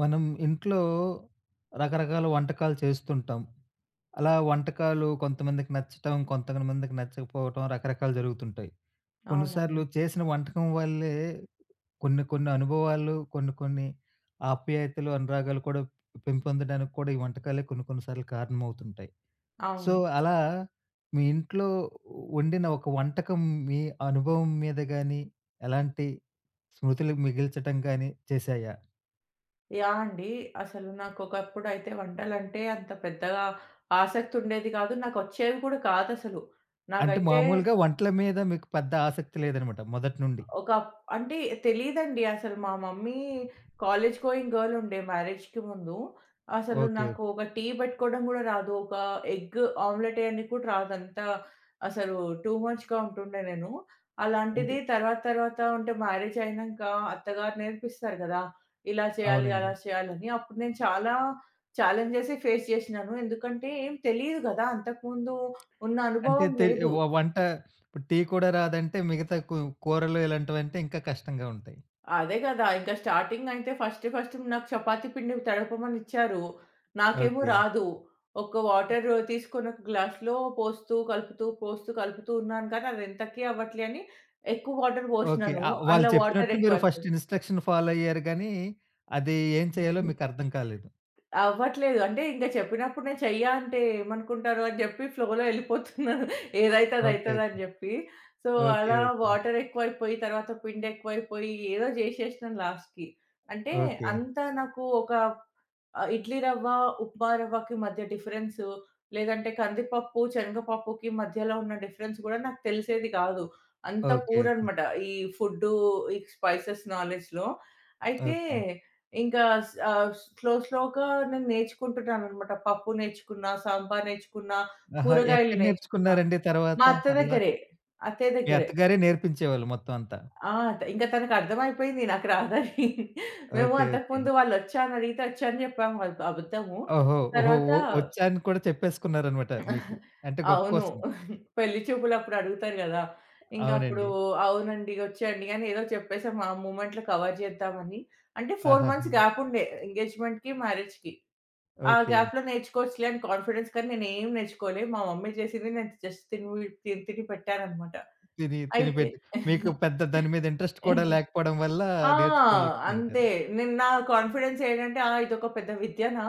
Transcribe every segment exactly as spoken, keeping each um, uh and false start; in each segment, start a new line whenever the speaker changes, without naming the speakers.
మనం ఇంట్లో రకరకాల వంటకాలు చేస్తుంటాం. అలా వంటకాలు కొంతమందికి నచ్చటం, కొంతమందికి నచ్చకపోవటం రకరకాలు జరుగుతుంటాయి.
అవునండి.
కొన్నిసార్లు చేసిన వంటకం వల్లే కొన్ని కొన్ని అనుభవాలు, కొన్ని కొన్ని ఆప్యాయతలు, అనురాగాలు కూడా పెంపొందడానికి కూడా ఈ వంటకాలే కొన్ని కొన్ని సార్లు కారణమవుతుంటాయి. సో,
అవును.
అలా మీ ఇంట్లో వండిన ఒక వంటకం మీ అనుభవం మీద గాని, ఎలాంటి స్మృతులు మిగిల్చటం గాని చేశాయా?
యాహ్! అండి. అసలు నాకొకప్పుడైతే వంటలంటే అంత పెద్దగా ఆసక్తుండేది కాదు. నాకొచ్చేవి కూడా కాదసలు.
అంటే
నాకైతే
మామూలుగా వంటల మీద మీకు పెద్ద ఆసక్తి లేదనమాట మొదటి నుండి.
ఒక అంటే తెలీదండి అసలు. మా మమ్మీ కాలేజ్ గోయింగ్ గర్ల్ ఉండే మ్యారేజ్‌కి ముందు. అసలు
ఓకే. ఓకే.
నాకు ఒక టీ పెట్టుకోవడం గూడా రాదు. ఒక ఎగ్ ఆమ్లెట్ ఏయనికి కూడా రాదు. అంతా అసలు టూ మచ్‌గా ఉంటుండే నేను.
అంటే
అలాంటిది తర్వాత తర్వాత అంటే మ్యారేజ్ అయినంక అత్తగారు నేర్పిస్తారు గదా! ఇలా చేయాలి,
అవునండి.
అలా చేయాలని. అప్పుడు నేను చాలా ఛాలెంజెసే ఫేస్ చేసినాను. ఎందుకంటే ఏం తెలీదు గదా! అంతకుముందు ఉన్న
అంటే
అనుభవం
తె
లేదు.
వ వంట ఇప్పుడు టీ కూడా రాదంటే మిగతా కూ కూరలు ఇలాంటివంటే ఇంకా కష్టంగా ఉంటాయి.
అదే గదా! ఇంకా స్టార్టింగ్ అయితే ఫస్ట్ ఫస్ట్ నాకు చపాతీ పిండి తడపమని ఇచ్చారు. నాకేమో
ఓకే.
రాదు. ఒక వాటర్ తీసుకొని ఒక గ్లాస్‌లో పోస్తూ, కలుపుతూ, పోస్తూ, కలుపుతూ ఉన్నాను కానీ అది ఎంతకి అవ్వట్లే అని ఎక్కువ వాటర్
ఓకే.
పోసినాను.
ఆహ్, వాళ్ళు
అందులో వాటర్
చెప్పినట్టు మీరు
ఎక్కువ
ఫస్ట్
అయిపోయింది.
ఇన్‌స్ట్రక్షన్ ఫాలో అయ్యారు గానీ, అది ఏం చేయాలో మీకు అర్థం కాలేదు.
అవ్వట్లేదు. అంటే ఇంక చెప్పినప్పుడు నేను చెయ్య అంటే ఏమనుకుంటారు అని జెప్పి ఫ్లోలో ఎళ్ళిపోతున్నాను. ఏదైతే
ఓకే. ఓకే.
అదైతదని జెప్పి. So,
okay.
అలా
ఓకే.
వాటర్ ఎక్కువైపోయి, తర్వాత పిండెక్కువైపోయి ఏదో జేసేసినాను లాస్ట్‌కి. అంటే
ఓకే.
అంత నాకు ఒక ఆహ్, ఇడ్లీ రవ్వ, ఉప్మా రవ్వకి మధ్య డిఫరెన్సు, లేదంటే కందిపప్పు, శనగపప్పుకి మధ్యలో ఉన్న డిఫరెన్స్ గూడా నాకు తెలిసేది గాదు. అంత
ఓకే.
Poor
okay.
అనమాట. ఈ ఫుడ్డు, ఈ స్పైసెస్ నాలెడ్జ్‌లో. అయితే
ఓకే.
ఇంకా స్ ఆహ్, స్లో స్లోగా నేను నేర్చుకుంటున్నాననమాట. పప్పు నేర్చుకున్నా, సాంబార్ నేర్చుకున్నా,
ఆహా!
కూరగాయలు
ఎక్కడ
నేర్చుకున్నా.
నేర్చుకున్నారండి
మా
తర్వాత
అత్త
అట్లా?
దగ్గరే. అత్తయ్య
మీ
దగ్గరే.
అత్తగారే నేర్పించేవాళ్ళు మొత్తం అంతా.
ఆ! త ఇంక తనకర్థమైపోయింది నాకు రాదని. మేము
ఓకే. ఓకే.
అంతకుముందు వాళ్ళొచ్చా అని అడిగితే వచ్చని చెప్పాము. అది అబద్ధము.
ఓహో! ఓహో!
తర్వాత
ఒ ఒచ్చాను కూడా చెప్పేసుకున్నారనమాట మీకు. అంటే గొప్ప
అవును.
కోసం.
పెళ్లి చూపులప్పుడు అడుగుతారు గదా! ఇంకప్పుడు
అవునండి.
అవునండి, వచ్చండి అని ఏదో చెప్పేసాం ఆ మూమెంట్‌లో కవర్ చేద్దామని. అంటే నాలుగు
ఆహాహా!
మంత్స్ గ్యాప్ ఉండే ఎంగేజ్‌మెంట్‌కి, మ్యారేజ్‌కి. ఆ
ఓకే.
గ్యాప్‌లో నేర్చుకోవచ్చులే అని కాన్ఫిడెన్స్ కానీ నేనేం నేర్చుకోలే. మా మమ్మీ చేసింది నేను జస్ట్ తిని తిని తిని పెట్టాననమాట.
తిని
అయితే
తినిపెట్టి మీకు పెద్ద దాని మీద ఇంట్రెస్ట్ కూడా లేకపోవడం వల్ల
ఆ!
నేర్చుకోలేకపోయింటారు.
అంతే. నేను నా కాన్ఫిడెన్స్ ఏంటంటే, ఆ! ఇదొక పెద్ద విద్యనా?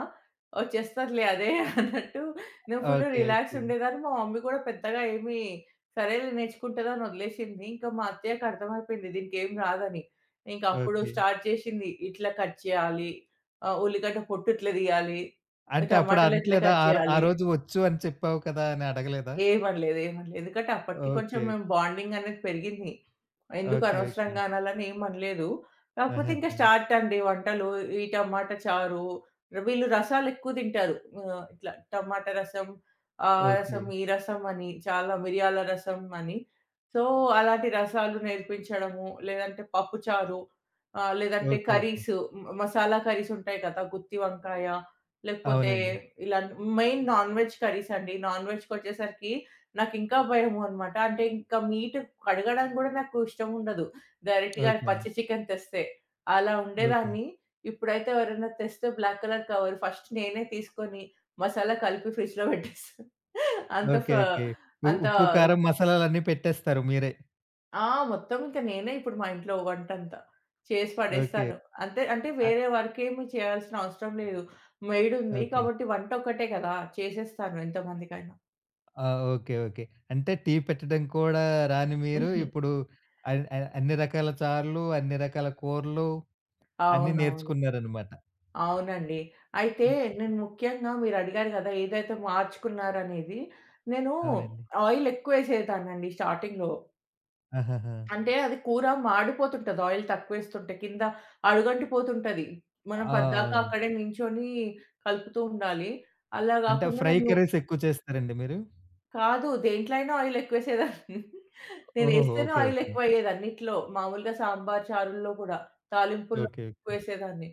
వచ్చేస్తదిలే అదే అన్నట్టు నేను
ఓకే.
Full relax
okay.
ఉండేదాన్ని. మా మమ్మీ కూడా పెద్దగా ఏమి సరేలే నేర్చుకుంటది అని వదిలేసింది. ఇంకా మా అత్తయ్యకి అర్థమైపోయింది దీనికేం రాదని. ఇంక అప్పుడు
ఓకే.
స్టార్ట్ చేసింది. ఇట్లా కట్ చేయాలి. ఆహ్, ఉల్లిగడ్డ పొట్టు ఇట్లా తీయాలి.
అంటే అప్పుడు
టమాటాలు ఎట్లా
అనట్లేదా?
కట్
ఆరో ఆ
చేయాలి.
రోజు వచ్చు అని చెప్పావు కదా! అని అడగలేదా?
ఏం అనలేదు. ఏం అనలేదు. ఎందుకంటే అప్పటికి కొంచెం
ఓకే.
మేము బాండింగ్ అనేది పెరిగింది. ఎందుకు
ఓకే. ఓకే.
అనవసరంగా అనాలని ఏం అనలేదు. కాకపోతే ఇంకా
ఆహాహా!
స్టార్ట్ అండి వంటలు. ఈ టమాటా చారు, వీళ్ళు రసాలు ఎక్కువ తింటారు. ఆహ్, ఇట్లా టమాటా రసం, ఆ
ఓకే.
రసం, ఈ రసం అని చాలా మిరియాల రసం అని. సో, అలాంటి రసాలు నేర్పించడము, లేదంటే పప్పు చారు, ఆహ్, లేదంటే
ఓకే. ఓకే.
కర్రీస్, మ మసాలా కర్రీస్ ఉంటాయి కదా! గుత్తి వంకాయ లేకపోతే
అవునండి.
ఇలా మెయిన్ నాన్ వెజ్ కర్రీస్ అండి. నాన్ వెజ్‌కొచ్చేసరికి నాకింకా భయము అనమాట. అంటే ఇంకా మీట్ కడగడానికి గూడా నాకు ఇష్టముండదు. డైరెక్ట్‌గా
ఓకేనండి.
పచ్చి చికెన్ తెస్తే. అలా
ఓకే.
ఉండేదాన్ని. ఇప్పుడైతే ఎవరైనా తెస్తే బ్లాక్ కలర్ కవర్ ఫస్ట్ నేనే తీసుకొని మసాలా కలిపి ఫ్రిడ్జ్‌లో పెట్టేస్తా. అంత ఫ
ఓకే. ఓకే. ఉ
అంత
ఉప్పు, కారం, మసాలాలన్నీ పెట్టేస్తారు మీరే.
ఆ! మొత్తం ఇంక నేనే ఇప్పుడు మా ఇంట్లో వంటంతా. చేసి
ఓకే.
పడేస్తాను. అంతే అంటే
అ
వేరే వర్కేమి చేయాల్సిన అవసరం లేదు. మెయిడుంది
ఓకే.
కాబట్టి వంటొక్కటే కదా! చేసేస్తాను ఎంతమందికైనా.
ఆ! ఓకే. ఓకే. అంటే టీ పెట్టడం కూడా రాని మీరు ఇప్పుడు అన్ అ అన్ని రకాల చారులు, అన్ని రకాల కూరలు అన్నీ
అవునవును.
నేర్చుకున్నారనమాట.
అవునండి. అయితే
హ్మ్.
నేను ముఖ్యంగా మీరడిగారు కదా! ఏదైతే మార్చుకున్నారనేది. నేను
అవునండి.
ఆయిలెక్కువేసేదాన్నండి స్టార్టింగ్‌లో.
ఆహాహా!
అంటే అది కూర మాడిపోతుంటది. ఆయిల్ తక్కువేస్తుంటే కింద అడుగంటిపోతుంటది. మనం
ఆ!
పద్దాక
అవునండి.
అక్కడే నించొని కలుపుతూ ఉండాలి. అలా
అంటే
గాకుండా
ఫ్రై
నేను
కర్రీస్ ఎక్కువ చేస్తారండి మీరు?
కాదు దేంట్లో అయినా ఆయిల్ ఎక్కువేసేదాన్ని.
ఓహోహో!
నేనేస్తేనే
ఓకే.
Oil
okay.
ఎక్కువయ్యేది అన్నిట్లో. మామూలుగా సాంబార్, చారుల్లో గూడా. తాలింపుల్లో
ఓకే. ఓకే.
ఎక్కువేసేదాన్ని.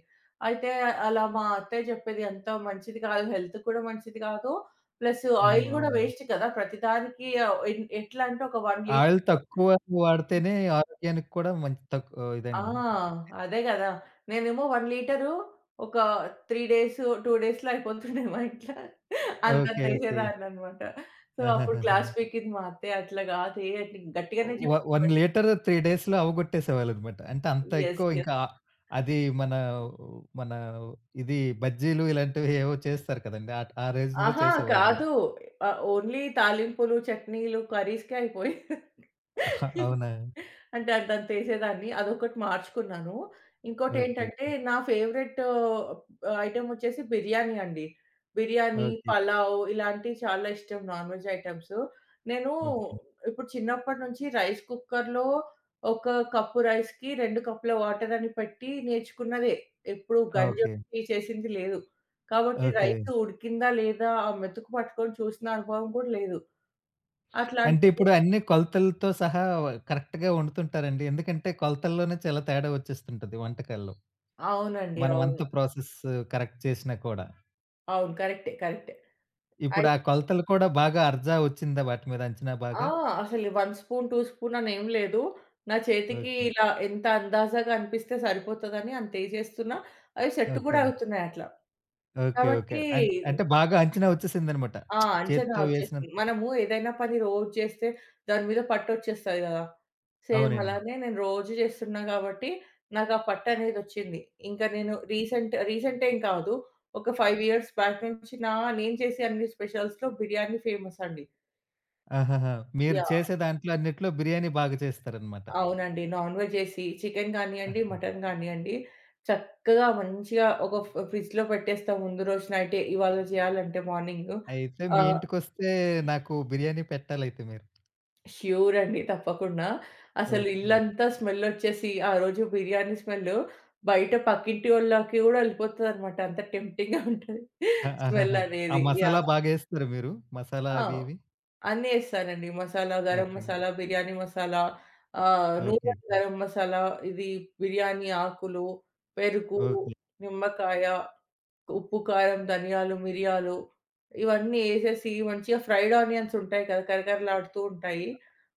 అయితే అలా మా అత్తయ్య జెప్పేది అంత మంచిది కాదు. హెల్త్‌కి కూడా మంచిది కాదు. ప్లస్
హ్మ్.
ఆయిల్ గూడా
అవునండి.
వేస్ట్ కదా! ప్రతిదానికి ఆహ్, ఎన్ ఎట్లా అంటే ఒక 1 లీటర్
ఆయిల్ తక్కువ వాడితేనే ఆరోగ్యానికి కూడా మంచి తక్
ఆ!
ఇదండి.
అదే గదా! నేనేమో ఒక లీటరు ఒక మూడు డేస్, రెండు డేస్‌లో అయిపోతుండే మా ఇంట్ల.
ఓకే.
అంతంత
ఓకే.
ఏసేదాన్ననమాట. సో, అప్పుడు
ఆహాహాహా!
క్లాస్ పీకింది మా అత్తయ్య. "అట్లా గాదే" అని గట్టిగానే
వ
చెప్పింది
ఒక
కొంచెం.
లీటర్ మూడు డేస్‌లో అవగొట్టేసేవాళ్ళనమాట. అంటే అంత
యెస్.
ఎక్కువ
యెస్.
ఇంకా ఆ- అది మన మన ఇది బజ్జీలు ఇలాంటివి ఏవో చేస్తారు కదండీ! ఆ ఆ రేంజ్‌లో
అహా!
చేసేవాళ్ళు మీరు.
కాదు. ఆహ్, ఓన్లీ తాలింపులు, చట్నీలు, కర్రీస్‌కే అయిపోయేది.
ఆహా, అవునా?
అంటే అంతంతేసేదాన్ని. అదొకటి మార్చుకున్నాను.
ఓకే.
ఇంకోటేంటంటే నా ఫేవరెట్ ఐటెమ్ వచ్చేసి బిర్యానీ అండి. బిర్యానీ,
ఓకే.
పలావ్ ఇలాంటివి చాలా ఇష్టం నాన్ వెజ్ ఐటెమ్స్. నేను
ఓకే.
ఇప్పుడు చిన్నప్పటి నుంచి రైస్ కుక్కర్‌లో ఒక కప్పు రైస్‌కి రెండు కప్పుల వాటర్ అని పెట్టి నేర్చుకున్నదే. ఎప్పుడు గంజి
ఓకే.
ఒత్తి చేసింది లేదు. కాబట్టి
ఓకే.
రైసు ఉడికిందా లేదా ఆ మెతుకు పట్టుకొని చూసిన అనుభవం కూడా లేదు.
అంటే
అట్లాంటిది
ఇప్పుడు అన్ని కొలతలతో సహా కరెక్ట్‌గా వండుతుంటారండి. ఎందుకంటే కొలతల్లోనే చాలా తేడా వచ్చేస్తుంటది వంటకాల్లో.
అవునండి.
మనం అంత
అవును.
ప్రాసెస్ కరెక్ట్ చేసినా కూడా.
అవును. కరెక్టే. కరెక్టే.
ఇప్పుడు
అయి
ఆ కొలతలు కూడా బాగా అర్జా వచ్చిందా వాటి మీద అంచనా
ఆ!
బాగా?
అసలు ఒక స్పూన్, రెండు స్పూన్ అనేం లేదు. నా చేతికి
ఓకే.
ఇలా ఎంత అందాజాగా అనిపిస్తే సరిపోతదని అంతేసేస్తున్నా. అవి సెట్ కూడా
ఓకే.
అవుతున్నాయి అట్లా.
ఓకే. ఓకే.
కాబట్టి
అన్ అంటే బాగా అంచనా వచ్చేసిందనమాట.
ఆ! అంచనా
చేత్తో వేసినంత
వచ్చేస్తుంది. మనము ఏదైనా పని రోజు చేస్తే దాని మీద పట్టొచ్చేస్తది గదా! సేమ్
అవునండి.
అలానే నేను రోజు చేస్తున్నా గాబట్టి నాకు ఆ పట్టనేదొచ్చింది. ఇంకా నేను రీసెంట్ రీసెంట్ ఏం కాదు. ఒక ఐదు ఇయర్స్ బ్యాక్ నుంచి నా నేను చేసే అన్ని స్పెషల్స్‌లో బిర్యానీ ఫేమస్ అండి.
ఆహాహా! మీరు
యాహ్!
చేసే దాంట్లో అన్నిట్లో బిర్యానీ బాగా చేస్తారనమాట.
అవునండి. నాన్ వెజ్ చేసి చికెన్ గానియండి, మటన్ గానియండి చక్కగా మంచిగా ఒక ఫ్ ఫ్రిడ్జ్‌లో పెట్టేస్తాం ముందు రోజు నైటే. ఇవాళ చేయాలంటే మార్నింగు.
అయితే మీ
ఆహ్
ఇంటికొస్తే నాకు బిర్యానీ పెట్టాలయితే మీరు.
ష్యూర్ అండి. తప్పకుండా. అసలు
ఓకే. ఓకే.
ఇల్లంతా స్మెల్లొచ్చేసి, ఆ రోజు బిర్యానీ స్మెల్లు బయట పక్కింటి వోళ్ళకి గూడా ఎళ్ళిపోతదనమాట. అంత టెంప్టింగ్‌గా ఉంటది స్మెల్
ఆహాహా! ఆ
అనేది.
మసాలా
యాహ్!
బాగా ఏస్తారా మీరు? మసాలా
ఆ!
అవి ఇవి?
అన్నీ ఏస్తానండి. Masala, garam
okay.
Masala, biryani masala, ah,
okay.
నూరన్
ఓకే.
గరం మసాలా, ఇది బిర్యానీ ఆకులు, పెరుగు,
ఓకే.
నిమ్మకాయ ఉప్పు, కారం, ధనియాలు, మిరియాలు ఇవన్నీ ఏసేసి మంచిగా ఫ్రైడ్ ఆనియన్స్ ఉంటాయి కదా! కరకరలాడుతూ ఉంటాయి.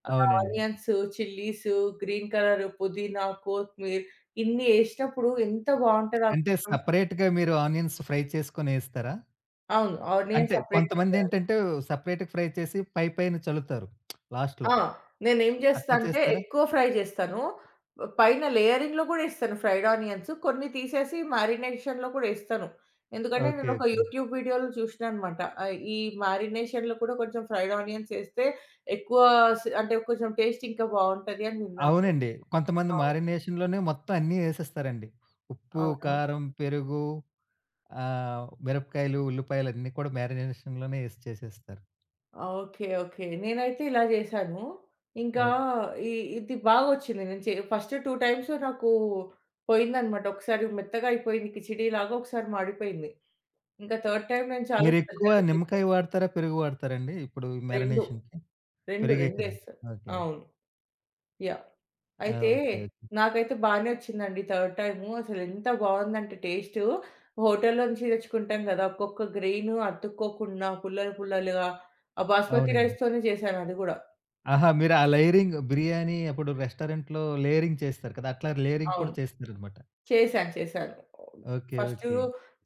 ఆ
అవునండి.
ఆనియన్స్, చిల్లీస్, గ్రీన్ కలర్ పుదీనా, కొత్తిమీర్ ఇన్ని ఏసినప్పుడు ఎంత బావుంటదో ఆ
అంటే
చికెన్
సెపరేట్‌గా మీరు ఆనియన్స్ ఫ్రై చేసుకొని ఏస్తారా?
అవును. ఆనియన్
అంటే
సెపరేట్‌గా చేయాలి.
కొంతమందేంటంటే సెపరేట్‌గా ఫ్రై చేసి పై పైన చల్లుతారు లాస్ట్‌లో.
ఆ! నేనేం జేస్తా
అట్లా
అంటే
చేస్తారా?
ఎక్కువ ఫ్రై జేస్తాను. ప్ పైన లేయరింగ్‌లో గూడా ఏస్తాను ఫ్రైడ్ ఆనియన్స్. కొన్ని తీసేసి మ్యారినేషన్‌లో కూడా ఏస్తాను. ఎందుకంటే
ఓకే.
నేనొక
ఓకే.
యూట్యూబ్ వీడియోలో చూషినా అనమాట. ఆహ్, ఈ మ్యారినేషన్‌లో కూడా కొంచెం ఫ్రైడ్ ఆనియన్స్ ఏస్తే ఎక్కువ స్ అంటే కొంచెం టేస్ట్ ఇంకా బావుంటది అని విన్నాను.
అవునండి. కొంతమంది
అవును.
మారినేషన్‌లోనే మొత్తం అన్నీ ఏసేస్తారండి. ఉప్పు,
అవునా!
కారం, పెరుగు ఆహ్, మిరపకాయలు, ఉల్లిపాయలు అన్నీ కూడా మారినేషన్‌లోనే ఏసి చేసేస్తారు.
ఓకే. ఓకే. నేనైతే ఇలా జేశాను. ఇంకా
ఓకే.
ఇ ఇది బాగొచ్చింది. నేను చే ఫస్ట్ రెండు టైమ్స్ నాకు పోయిందనమాట. ఒకసారి మెత్తగా అయిపోయింది కిచిడీలాగా, ఒకసారి మాడిపోయింది. ఇంకా థర్డ్ టైమ్ నేను చాలా
మీరెక్కువ
శ్రద్ధగా
నిమ్మకాయ
చేశాను.
వాడతారా? పెరుగు వాడతారండి? ఇప్పుడు
రెండు,
మారినేషన్‌కి?
రెండు,
పెరుగే
రెండు
కదా!
ఏశా.
ఓకే.
అవును. యాహ్!
ఆ!
అయితే
ఓకే. ఓకే.
నాకైతే బానే వచ్చిందండి థర్డ్ టైము. అసలెంత బావుందంటే టేస్టు, హోటల్‌లో నుంచి తెచ్చుకుంటాం గదా! ఒక్కొక్క గ్రెయిను అతుక్కోకుండా పుల్లలు, పుల్లలుగా ఆ బాస్మతి
అవునండి.
రైస్‌తోనే చేశాను అది గూడా.
ఆహా! మీరు ఆ లేయరింగ్ బిర్యానీ అప్పుడు రెస్టారెంట్‌లో లేయరింగ్ చేస్తారు కదా! అట్లా లేయరింగ్ కూడా
అవును.
చేస్తారనమాట.
చేశాను. చేశాను.
ఓకే.
First
okay.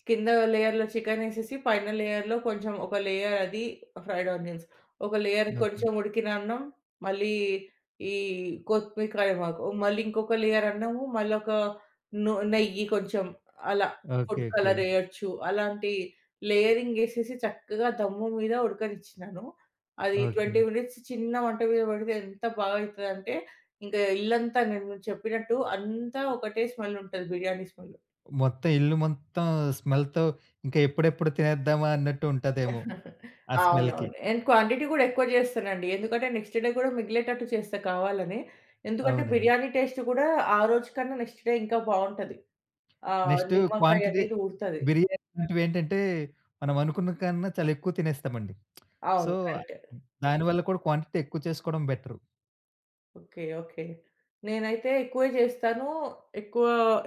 కింద లేయర్‌లో చికెనేసేసి, పైన లేయర్‌లో కొంచెం ఒక లేయర్ అది ఫ్రైడ్ ఆనియన్స్. ఒక లేయర్
ఓకే.
కొంచెం ఉడికిన అన్నం, మళ్ళీ ఈ కొత్తిమీర, కరివేపాకు. మళ్ళీ ఇంకొక లేయర్ అన్నము, మళ్ళొక ను నెయ్యి కొంచెం అలా
ఓకే.
Food
okay.
కలరేయొచ్చు. అలాంటి లేయరింగేసేసి చక్కగా దమ్ము మీద ఉడకనిచ్చినాను. అది
ఓకే.
ఇరవై మినిట్స్ చిన్న మంట మీద పెడితే ఎంత బాగా అయితదంటే ఇంకా ఇల్లంతా నేను చెప్పినట్టు అంతా ఒకటే స్మెల్ ఉంటది. బిర్యానీ స్మెల్.
మొత్తం ఇల్లు మొత్తం స్మెల్‌తో ఇంకా ఎప్పుడెప్పుడు తినేద్దామా అన్నట్టు ఉంటదేమో. ఆ స్మెల్‌కి.
అవునవును. అండ్ క్వాంటిటీ గూడా ఎక్కువ జేస్తానండి. ఎందుకంటే నెక్స్ట్ డే గూడా మిగిలేటట్టు చేస్తా కావాలని. ఎందుకంటే
అవునండి.
బిర్యానీ టేస్ట్ గూడా ఆ రోజు కన్నా నెక్స్ట్ డే ఇంకా బావుంటది. ఆ
నెక్స్ట్
నిమ్మకాయ
క్వాంటిటీ
అనేది ఊరుతది.
బిర్యానీ లాంటివేంటంటే, మనం అనుకున్న కన్నా చాలా ఎక్కువ తినేస్తామండి. సో,
అవును. కరెక్ట్.
దానివల్ల కూడా క్వాంటిటీ ఎక్కువ చేసుకోవడం బెటరు.
ఓకే. ఓకే. నేనైతే ఎక్కువే జేస్తాను. ఎక్కువ,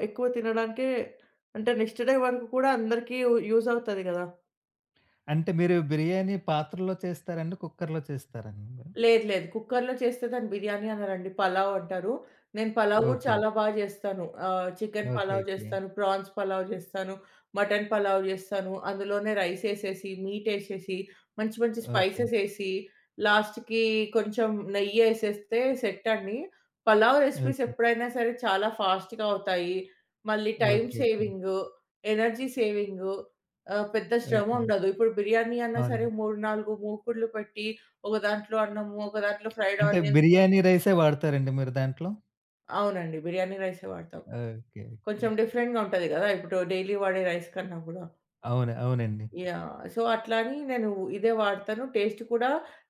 ఎక్కువ తినడానికే అంటే నెక్స్ట్ డే వరకు కూడా అందరికీ యూజ్ అవుతది గదా!
అంటే మీరు బిర్యానీ పాత్రలో చేస్తారండి? కుక్కర్‌లో చేస్తారండి మీరు?
లేదు. లేదు. కుక్కర్‌లో చేస్తే దాన్ని బిర్యానీ అనరండి. పలావ్ అంటారు. నేను పలావ్ గూడా
ఓకే.
చాలా బా చేస్తాను. Ah, chicken
okay.
Pulao
okay.
చేస్తాను, ప్రాన్స్ పలావ్ చేస్తాను, మటన్ పలావ్ చేస్తాను. అందులోనే రైస్ ఏసేసి, మీట్ ఏసేసి, మంచి మంచి
ఓకే.
స్పైసెస్ ఏసి, లాస్ట్‌కి కొంచెం నెయ్యేసేస్తే సెట్ అండి. Pulao recipes
okay.
ఎప్పుడైనా సరే చాలా ఫాస్ట్‌గా అవుతాయి. మళ్ళీ time
okay. Okay.
Saving, energy saving, ah, పెద్ద శ్రమ
ఓకే.
ఉండదు. ఇప్పుడు బిర్యానీ అన్నా సరే
అవునండి.
మూడు, నాలుగు మూకుడ్లు పెట్టి ఒక దాంట్లో అన్నము, ఒక దాంట్లో ఫ్రైడ్
అంటే
ఆనియన్స్
బిర్యానీ రైసే వాడతారండి మీరు దాంట్లో?
అవునండి. బిర్యానీ రైసే వాడతాం.
ఓకే. ఓకే.
కొంచెం డిఫరెంట్‌గా ఉంటది గదా! ఇప్పుడు డైలీ వాడే రైస్ కన్నా గూడా.
అవును. అవునండి.
యాహ్! సో, అట్లా అని నేను ఇదే వాడతాను. టేస్ట్ కూడా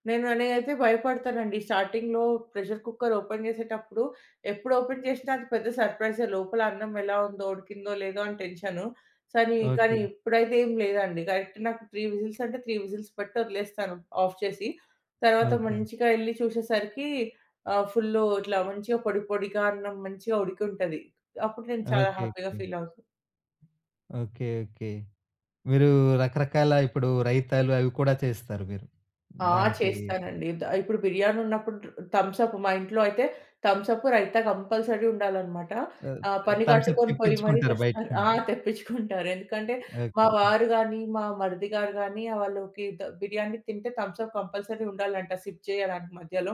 నేను నేనైతే భయపడతానండి. స్టార్టింగ్‌లో ప్రెషర్ కుక్కర్ ఓపెన్ చేసేటప్పుడు ఎప్పుడు ఓపెన్ చేసినా అది పెద్ద సర్ప్రైజే. లోపల అన్నం ఎలా ఉందో, ఉడికిందో లేదో అని టెన్షను. సనీ
ఓకే.
కానీ ఇప్పుడైతే ఏం లేదండి. కరెక్ట్ నాకు మూడు విజిల్స్ అంటే మూడు విజిల్స్ పెట్టి వదిలేస్తాను ఆఫ్ చేసి. తర్వాత
ఓకే.
మంచిగా ఎళ్లి చూసేసరికి ఆహ్, ఫుల్లు ఇట్లా మంచిగా పొడి పొడిగా అన్నం మంచిగా ఉడికి ఉంటది. అప్పుడు నేను
ఓకే.
చాలా హ్యాపీగా
ఓకే.
ఫీల్ అవుతాను.
ఓకే. ఓకే. మీరు రకరకాల ఇప్పుడు రైతాలు అవి కూడా చేస్తారు మీరు.
ఆ!
దానికి
చేస్తానండి. ద ఇప్పుడు బిర్యానీ ఉన్నప్పుడు థమ్స్ అప్ మా ఇంట్లో అయితే థమ్స్ అప్, రైతా కంపల్సరీ ఉండాలనమాట.
ఆహ్,
ఆహ్, పని
థమ్స్ అప్
కట్టుకొని పోయి మరీ
తెప్పించుకుంటారు బయట
తెస్తారు. ఆ!
నుండి.
తెప్పించుకుంటారు. ఎందుకంటే మా
ఓకే.
వారు గాని, మా మరిది గారు గాని వాళ్ళకి ద బిర్యానీ తింటే థమ్స్ అప్ కంపల్సరీ ఉండాలంట సిప్ చేయడానికి మధ్యలో.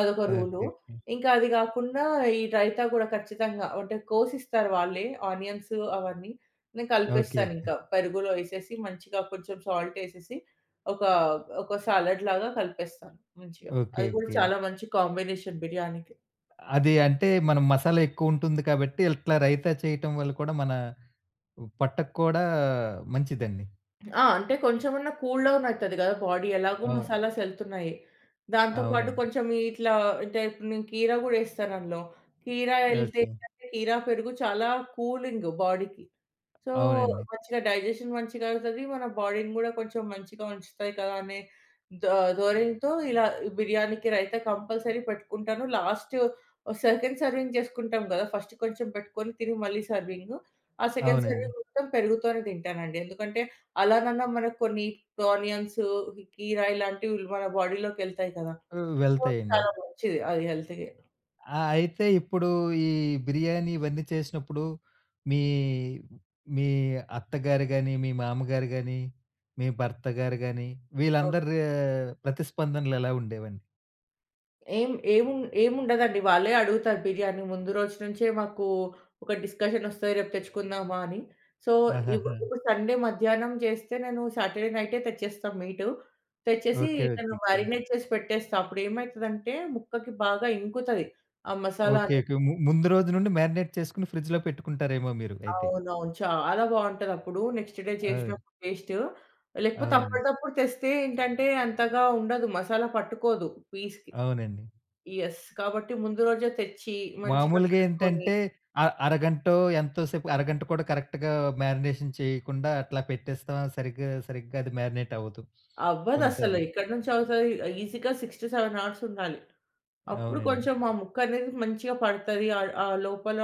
అదొక రూలు.
ఓకే. ఓకే.
ఇంకా అది కాకుండా ఈ రైతా కూడా ఖచ్చితంగా అంటే కోసిస్తారు వాళ్ళే ఆనియన్స్ అవన్నీ. నేను
ఓకే.
కలిపేస్తాను
ఓకే.
ఇంకా పెరుగులో ఎసేసి మంచిగా కొంచెం సాల్ట్ ఎసేసి ఒక ఒక సాలడ్ లాగా కలిపేస్తాను మంచిగా.
ఓకే.
అది కూడా
ఓకే.
చాలా మంచి కాంబినేషన్ బిర్యానీకి.
అది అంటే మనం మసాలా ఎక్కువుంటుంది కాబట్టి ఇట్లా రైతా చేయటం వల్ల కూడా మన పొట్టకు కూడా మంచిదండి.
ఆ! అంటే కొంచెమన్నా కూల్ డౌన్ అయితది గదా! బాడీ ఎలాగో
అవు
మసాలాస్ ఎళ్తున్నాయి. దాంతో పాటు
అవునండి.
కొంచెం ఇట్లా అంటే ఇప్పుడు నేను కీరా గూడా ఎస్తాను అందులో. కీరా ఎళ్తే
ఓకే.
ఏంటంటే కీరా, పెరుగు చాలా కూలింగ్ బాడీకి. సో,
అవునండి.
మంచిగా డైజెషన్ మంచిగా అవుతది. మన బాడీని గూడా కొంచెం మంచిగా ఉంచుతాయి కదా! అనే ధ ధోరణితో ఇలా బిర్యానీకి రైతా కంపల్సరీ పెట్టుకుంటాను. లాస్ట్ సెకండ్ సర్వింగ్ చేసుకుంటాం గదా! ఫస్ట్ కొంచెం పెట్టుకొని తిని మళ్ళీ సర్వింగు. ఆ సెకండ్
అవునండి.
సర్వింగ్ మొత్తం పెరుగుతోనే తింటానండి. ఎందుకంటే అలానన్నా మనకు కొన్ని ఆనియన్స్, కీరా ఇలాంటివి మన బాడీలోకెళ్తాయి కదా!
ఆహ్,
సో,
వెళ్తాయండి.
చాలా మంచిది అది హెల్త్‌కి.
ఆ! అయితే ఇప్పుడు ఈ బిర్యానీ ఇవన్నీ చేసినప్పుడు మీ, మీ అత్తగారు గాని, మీ మామగారు గాని, మీ భర్త గారు గాని వీళ్ళందరి ప్రతిస్పందనలెలా ఉండేవండి?
ఏం ఏముం ఏముండదండి. వాళ్ళే అడుగుతారు బిర్యానీ. ముందు రోజు నుంచే మాకు ఒక డిస్కషన్ ఒస్తది రేపు తెచ్చుకుందామా అని. సో, ఇప్పు
ఆహాహా!
ఇప్పుడు సండే మధ్యాహ్నం చేస్తే నేను సాటర్‌డే నైటే తెచ్చేస్తా మీటు. తెచ్చేసి
ఓకే. ఓకే.
నేను
ఓకే.
మ్యారినేట్ చేసి పెట్టేస్తా. అప్పుడేమైతదంటే ముక్కకి బాగా ఇంకుతది. ఆ మసాలా
ఓకే.
అనేది.
ఓకే. ము ముందు రోజు నుండి మ్యారినేట్ చేసుకొని ఫ్రిడ్జ్‌లో పెట్టుకుంటారేమో మీరు అయితే.
అవునవును. చాలా బావుంటదప్పుడు. నెక్స్ట్ డే
అవును.
చేసినప్పుడు టేస్ట్. లేకపోతే
అవునండి.
అప్పటిదప్పుడు తెస్తే ఏంటంటే అంతగా ఉండదు. మసాలా పట్టుకోదు పీస్‌కి.
అవునండి.
యెస్. కాబట్టి ముందు రోజే తెచ్చి మంచిగా
మామూలుగా
కడుక్కొని
ఏంటంటే అ అరగంటో ఎంతో సేపు అరగంట కూడా కరెక్ట్‌గా మ్యారినేషన్ చేయకుండా అట్లా పెట్టేస్తాం. సరిగ్గా సరిగ్గా అది మ్యారినేట్ అవ్వదు.
అవ్వదసలు.
కొన్నిసార్లు.
ఎక్కడి నుంచి అవుతది? ఈజీగా ఆరు ఏడు అవర్స్ ఉండాలి. అప్పుడు
అవునండి.
కొంచెం ఆ ముక్కనేది మంచిగా పడతది. ఆహ్, ఆ లోపల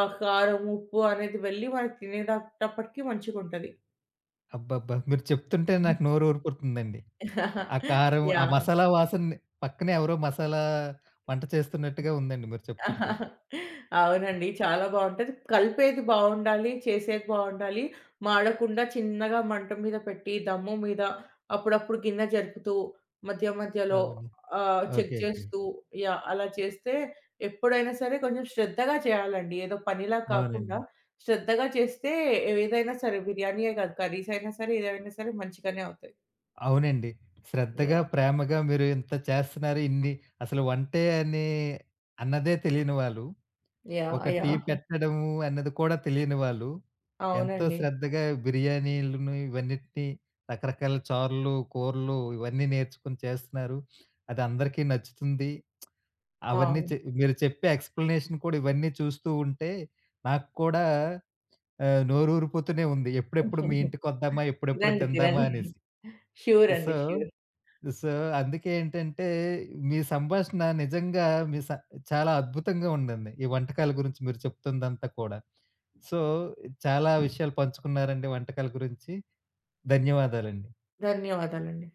ఆ కారం, ఉప్పు అనేది వెళ్ళి మనకి తినేటప్పటికి మంచిగుంటది.
అబ్బబ్బా! మీరు చెప్తుంటే నాకు నోరు ఊరిపోతుందండి. ఆ కారం, ఆ
యాహ్!
మసాలా వాసన పక్కనే ఎవరో మసాలా వంట చేస్తున్నట్టుగా ఉందండి మీరు చెప్తుంటే.
అవునండి. చాలా బావుంటది. కలిపేది బావుండాలి, చేసేది బావుండాలి. మాడకుండా చిన్నగా మంట మీద పెట్టి, దమ్ము మీద అప్పుడప్పుడు గిన్నె జరుపుతూ, మధ్య మధ్యలో
అవును.
Ah, check
okay. ఓకే.
చేస్తూ యాహ్! అలా చేస్తే ఎప్పుడైనా సరే కొంచెం శ్రద్ధగా చేయాలండి. ఏదో పనిలా కాకుండా
అవునండి.
శ్రద్ధగా చేస్తే ఏదైనా సరే బిర్యానీయే కాదు కర్రీస్ అయినా సరే, ఏదైనా సరే మంచిగానే అవుతాయి.
అవునండి. శ్రద్ధగా,
యాహ్!
ప్రేమగా మీరు ఇంత చేస్తున్నారు. ఇన్ని అసలు వంటే అని అన్నదే తెలియని వాళ్ళు
యాహ్!
ఒక టీ
యాహ్!
పెట్టడము అన్నది కూడా తెలియని వాళ్ళు, ఎంతో
అవునండి.
శ్రద్ధగా బిర్యానీలను ఇవన్నిటిని రకరకాల చారులు, కూరలు ఇవన్నీ నేర్చుకొని చేస్తున్నారు. అది అందరికీ నచ్చుతుంది. అవన్నీ
అవును.
చె మీరు చెప్పే ఎక్స్‌ప్లనేషన్ కూడా ఇవన్నీ చూస్తూ ఉంటే నాకు కూడా ఆహ్, నోరూరిపోతూనే ఉంది. ఎప్పుడెప్పుడు మీ ఇంటికొద్దామా? ఎప్పుడెప్పుడు
తినండి.
తిందామా
తినండి.
అనేసి.
ష్యూర్
సో
అండి. ష్యూర్.
సో, అందుకే ఏంటంటే, మీ సంభాషణ నిజంగా మీ స చాలా అద్భుతంగా ఉందండి. ఈ వంటకాల గురించి మీరు చెప్తుందంతా కూడా. సో, చాలా విషయాలు పంచుకున్నారండి వంటకాల గురించి. ధన్యవాదాలండి.
ధన్యవాదాలండి.